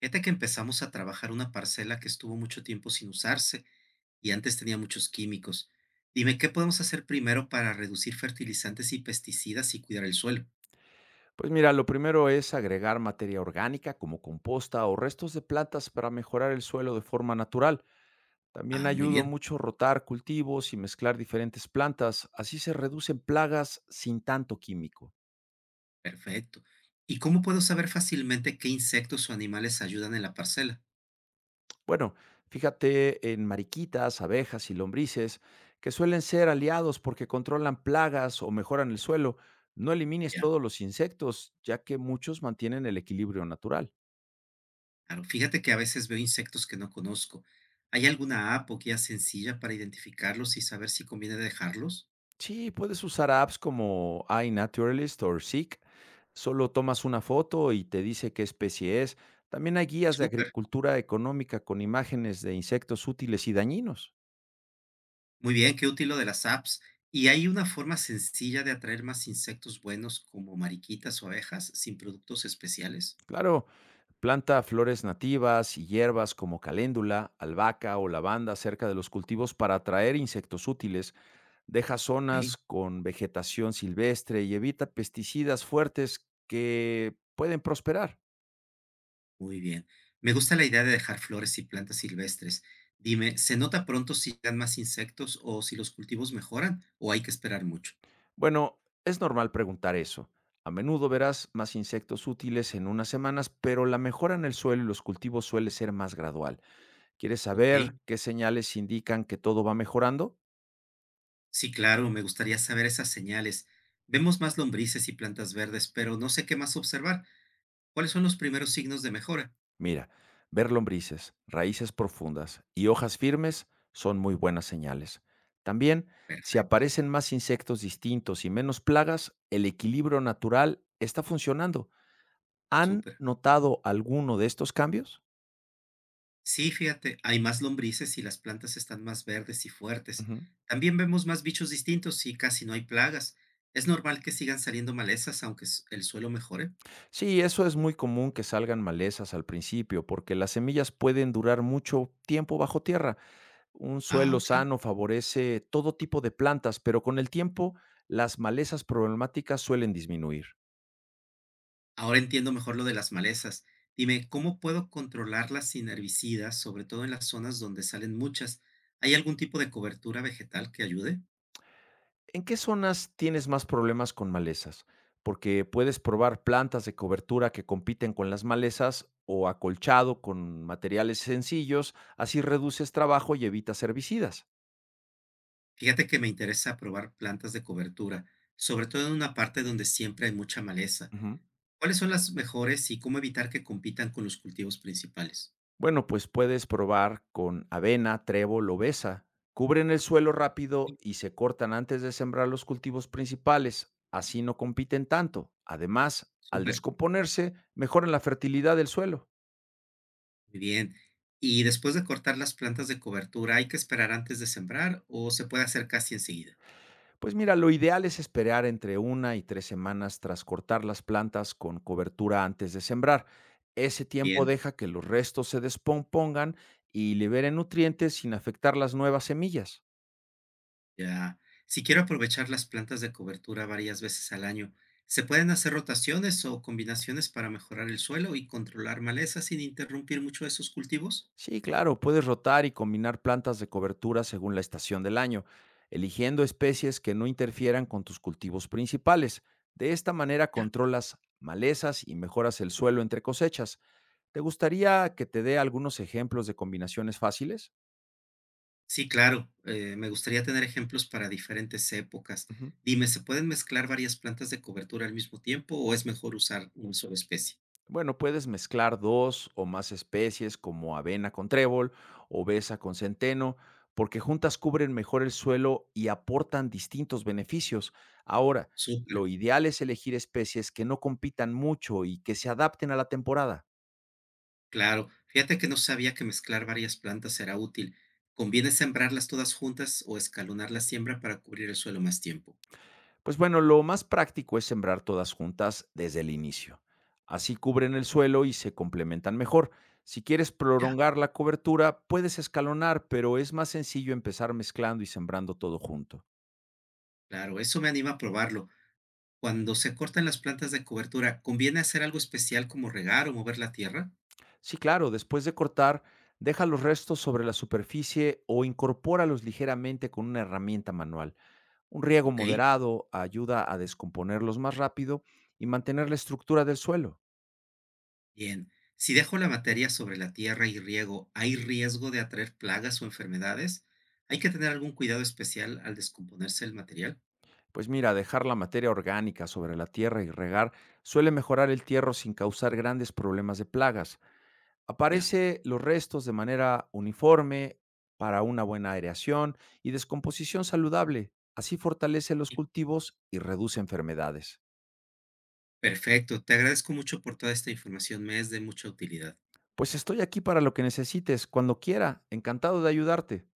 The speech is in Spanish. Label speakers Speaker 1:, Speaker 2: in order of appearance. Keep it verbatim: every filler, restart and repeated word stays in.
Speaker 1: Fíjate que empezamos a trabajar una parcela que estuvo mucho tiempo sin usarse y antes tenía muchos químicos. Dime, ¿qué podemos hacer primero para reducir fertilizantes y pesticidas y cuidar el suelo?
Speaker 2: Pues mira, lo primero es agregar materia orgánica como composta o restos de plantas para mejorar el suelo de forma natural. También
Speaker 1: Ah, muy
Speaker 2: ayuda
Speaker 1: bien,
Speaker 2: mucho rotar cultivos y mezclar diferentes plantas, así se reducen plagas sin tanto químico.
Speaker 1: perfecto. ¿Y cómo puedo saber fácilmente qué insectos o animales ayudan en la parcela?
Speaker 2: Bueno, fíjate en mariquitas, abejas y lombrices, que suelen ser aliados porque controlan plagas o mejoran el suelo. No elimines
Speaker 1: Ya.
Speaker 2: todos los insectos, ya que muchos mantienen el equilibrio natural.
Speaker 1: Claro, fíjate que a veces veo insectos que no conozco. ¿Hay alguna app o guía sencilla para identificarlos y saber si conviene dejarlos?
Speaker 2: Sí, puedes usar apps como iNaturalist o Seek. Solo tomas una foto y te dice qué especie es. También hay guías de
Speaker 1: Súper.
Speaker 2: agricultura económica con imágenes de insectos útiles y dañinos.
Speaker 1: Muy bien, qué útil lo de las apps. ¿Y hay una forma sencilla de atraer más insectos buenos como mariquitas o abejas sin productos especiales?
Speaker 2: Claro, planta flores nativas y hierbas como caléndula, albahaca o lavanda cerca de los cultivos para atraer insectos útiles. Deja zonas
Speaker 1: Ok,
Speaker 2: con vegetación silvestre y evita pesticidas fuertes que pueden prosperar.
Speaker 1: muy bien. Me gusta la idea de dejar flores y plantas silvestres. Dime, ¿se nota pronto si dan más insectos o si los cultivos mejoran o hay que esperar mucho?
Speaker 2: Bueno, es normal preguntar eso. A menudo verás más insectos útiles en unas semanas, pero la mejora en el suelo y los cultivos suele ser más gradual. ¿Quieres
Speaker 1: Ok,
Speaker 2: saber qué señales indican que todo va mejorando?
Speaker 1: sí, claro, me gustaría saber esas señales. Vemos más lombrices y plantas verdes, pero no sé qué más observar. ¿Cuáles son los primeros signos de mejora?
Speaker 2: Mira, ver lombrices, raíces profundas y hojas firmes son muy buenas señales. También, si
Speaker 1: Perfecto,
Speaker 2: aparecen más insectos distintos y menos plagas, el equilibrio natural está funcionando. ¿Han
Speaker 1: súper.
Speaker 2: notado alguno de estos cambios?
Speaker 1: Sí, fíjate, hay más lombrices y las plantas están más verdes y fuertes.
Speaker 2: Ujú.
Speaker 1: También vemos más bichos distintos y casi no hay plagas. Es normal que sigan saliendo malezas aunque s- el suelo mejore.
Speaker 2: Sí, eso es muy común que salgan malezas al principio, porque las semillas pueden durar mucho tiempo bajo tierra. Un
Speaker 1: Ah,
Speaker 2: suelo
Speaker 1: ok.
Speaker 2: sano favorece todo tipo de plantas, pero con el tiempo las malezas problemáticas suelen disminuir.
Speaker 1: Ahora entiendo mejor lo de las malezas. Dime, ¿cómo puedo controlarlas sin herbicidas, sobre todo en las zonas donde salen muchas? ¿Hay algún tipo de cobertura vegetal que ayude?
Speaker 2: ¿En qué zonas tienes más problemas con malezas? Porque puedes probar plantas de cobertura que compiten con las malezas o acolchado con materiales sencillos, así reduces trabajo y evitas herbicidas.
Speaker 1: Fíjate que me interesa probar plantas de cobertura, sobre todo en una parte donde siempre hay mucha maleza.
Speaker 2: Ujú.
Speaker 1: ¿Cuáles son las mejores y cómo evitar que compitan con los cultivos principales?
Speaker 2: Bueno, pues puedes probar con avena, trébol o besa. Cubren el suelo
Speaker 1: Sí.
Speaker 2: rápido y se cortan antes de sembrar los cultivos principales. Así no compiten tanto. Además, al
Speaker 1: Súper,
Speaker 2: descomponerse, mejoran la fertilidad del suelo.
Speaker 1: muy bien. Y después de cortar las plantas de cobertura, ¿hay que esperar antes de sembrar o se puede hacer casi enseguida?
Speaker 2: Pues mira, lo ideal es esperar entre una y tres semanas tras cortar las plantas con cobertura antes de sembrar. Ese tiempo
Speaker 1: Bien,
Speaker 2: deja que los restos se descompongan y liberen nutrientes sin afectar las nuevas semillas.
Speaker 1: ya. Si quiero aprovechar las plantas de cobertura varias veces al año, ¿se pueden hacer rotaciones o combinaciones para mejorar el suelo y controlar maleza sin interrumpir mucho esos cultivos?
Speaker 2: Sí, claro, puedes rotar y combinar plantas de cobertura según la estación del año, eligiendo especies que no interfieran con tus cultivos principales. De esta manera controlas malezas y mejoras el suelo entre cosechas. ¿Te gustaría que te dé algunos ejemplos de combinaciones fáciles?
Speaker 1: Sí, claro. Eh, me gustaría tener ejemplos para diferentes épocas.
Speaker 2: Ujú.
Speaker 1: Dime, ¿se pueden mezclar varias plantas de cobertura al mismo tiempo o es mejor usar una sola especie?
Speaker 2: Bueno, puedes mezclar dos o más especies como avena con trébol o besa con centeno, porque juntas cubren mejor el suelo y aportan distintos beneficios. Ahora,
Speaker 1: Súper,
Speaker 2: lo ideal es elegir especies que no compitan mucho y que se adapten a la temporada.
Speaker 1: claro. Fíjate que no sabía que mezclar varias plantas era útil. ¿Conviene sembrarlas todas juntas o escalonar la siembra para cubrir el suelo más tiempo?
Speaker 2: Pues bueno, lo más práctico es sembrar todas juntas desde el inicio. Así cubren el suelo y se complementan mejor. Si quieres
Speaker 1: Ya,
Speaker 2: prolongar la cobertura, puedes escalonar, pero es más sencillo empezar mezclando y sembrando todo junto.
Speaker 1: claro, eso me anima a probarlo. Cuando se cortan las plantas de cobertura, ¿conviene hacer algo especial como regar o mover la tierra?
Speaker 2: Sí, claro, después de cortar, deja los restos sobre la superficie o incorpóralos ligeramente con una herramienta manual. Un riego
Speaker 1: Ok.
Speaker 2: moderado ayuda a descomponerlos más rápido y mantener la estructura del suelo.
Speaker 1: Bien, si dejo la materia sobre la tierra y riego, ¿hay riesgo de atraer plagas o enfermedades? ¿Hay que tener algún cuidado especial al descomponerse el material?
Speaker 2: Pues mira, dejar la materia orgánica sobre la tierra y regar suele mejorar el tierro sin causar grandes problemas de plagas.
Speaker 1: Ya.
Speaker 2: Aparece los restos de manera uniforme para una buena aireación y descomposición saludable. Así fortalece los cultivos y reduce enfermedades.
Speaker 1: Perfecto, te agradezco mucho por toda esta información, me es de mucha utilidad.
Speaker 2: Pues estoy aquí para lo que necesites, cuando quiera, encantado de ayudarte.